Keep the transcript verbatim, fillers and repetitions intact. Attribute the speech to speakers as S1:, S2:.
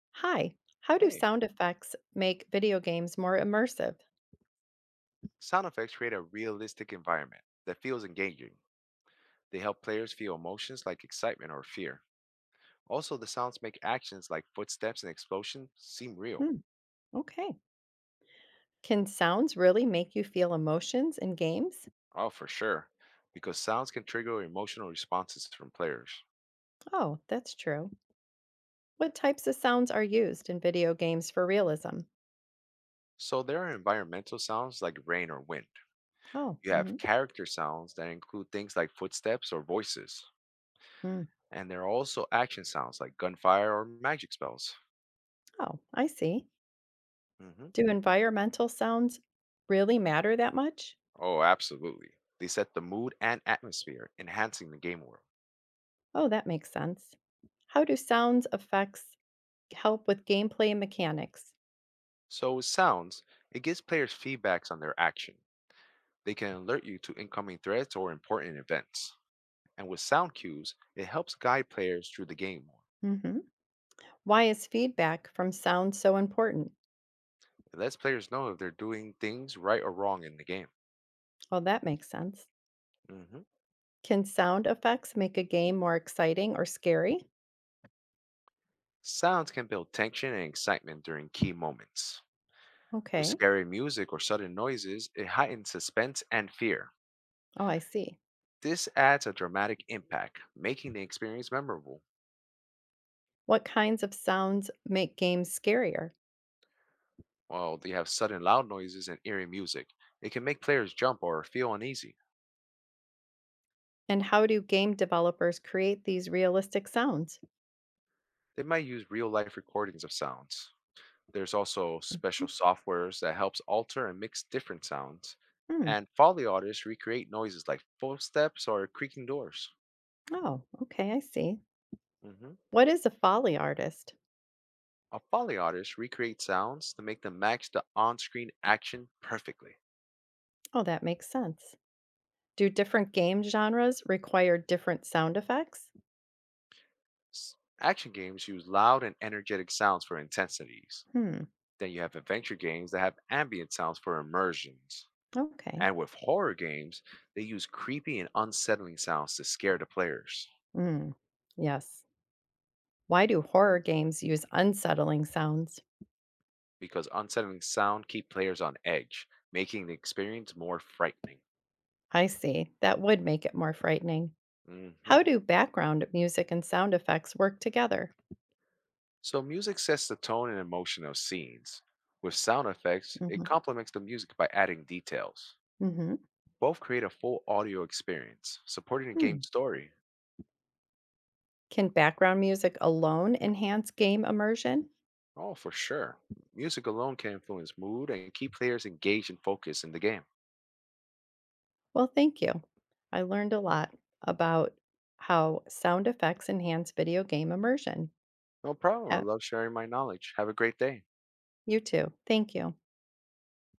S1: Hi, how do
S2: Hey,
S1: sound effects make video games more immersive?
S2: sound effects create a realistic environment that feels engaging. They help players feel emotions like excitement or fear. Also, the sounds make actions like footsteps and explosions seem real.
S1: Hmm, okay. Can sounds really make you feel emotions in games?
S2: Oh, for sure, because sounds can trigger emotional responses from players.
S1: Oh, that's true. What types of sounds are used in video games for realism?
S2: So, there are environmental sounds like rain or wind.
S1: Oh,
S2: You have
S1: mhm,
S2: character sounds that include things like footsteps or voices.
S1: mm,
S2: And there are also action sounds like gunfire or magic spells.
S1: oh, I see.
S2: Mhm.
S1: Do environmental sounds really matter that much?
S2: Oh, absolutely. They set the mood and atmosphere, enhancing the game world.
S1: Oh, that makes sense. How do sounds effects help with gameplay and mechanics?
S2: So with sounds, it gives players feedbacks on their action. They can alert you to incoming threats or important events. And with sound cues, it helps guide players through the game more.
S1: Hmm. Why is feedback from sound so important?
S2: It lets players know if they're doing things right or wrong in the game.
S1: Oh, that makes sense.
S2: Mhm.
S1: Can sound effects make a game more exciting or scary?
S2: Sounds can build tension and excitement during key moments. With
S1: Okay.
S2: scary music or sudden noises, it heightens suspense and fear.
S1: Oh, I see.
S2: This adds a dramatic impact, making the experience memorable.
S1: What kinds of sounds make games scarier?
S2: While they have sudden loud noises and eerie music, it can make players jump or feel uneasy.
S1: And how do game developers create these realistic sounds?
S2: They might use real life recordings of sounds. There's also special softwares that helps alter and mix different sounds.
S1: Hmm.
S2: And Foley artists recreate noises like footsteps or creaking doors.
S1: Oh, okay. I see.
S2: Hmm.
S1: What is a Foley artist?
S2: A Foley artist recreates sounds to make them match the on screen action perfectly.
S1: Oh, that makes sense. Do different game genres require different sound effects?
S2: S- Action games use loud and energetic sounds for intensities.
S1: Hmm.
S2: Then you have adventure games that have ambient sounds for immersions.
S1: Okay.
S2: And with horror games, they use creepy and unsettling sounds to scare the players
S1: Mm. Yes. Why do horror games use unsettling sounds?
S2: because unsettling sound keep players on edge, making the experience more frightening.
S1: I see. That would make it more frightening.
S2: Hmm.
S1: How do background music and sound effects work together?
S2: So music sets the tone and emotion of scenes. With sound effects, it
S1: Hmm.
S2: complements the music by adding details.
S1: Hmm.
S2: Both create a full audio experience, supporting the
S1: Hmm.
S2: game's story.
S1: Can background music alone enhance game immersion?
S2: Oh, for sure. Music alone can influence mood and keep players engaged and focused in the game.
S1: Well, thank you. I learned a lot about how sound effects enhance video game immersion.
S2: No problem. I
S1: Uh,
S2: love sharing my knowledge. Have a great day.
S1: You too. Thank you.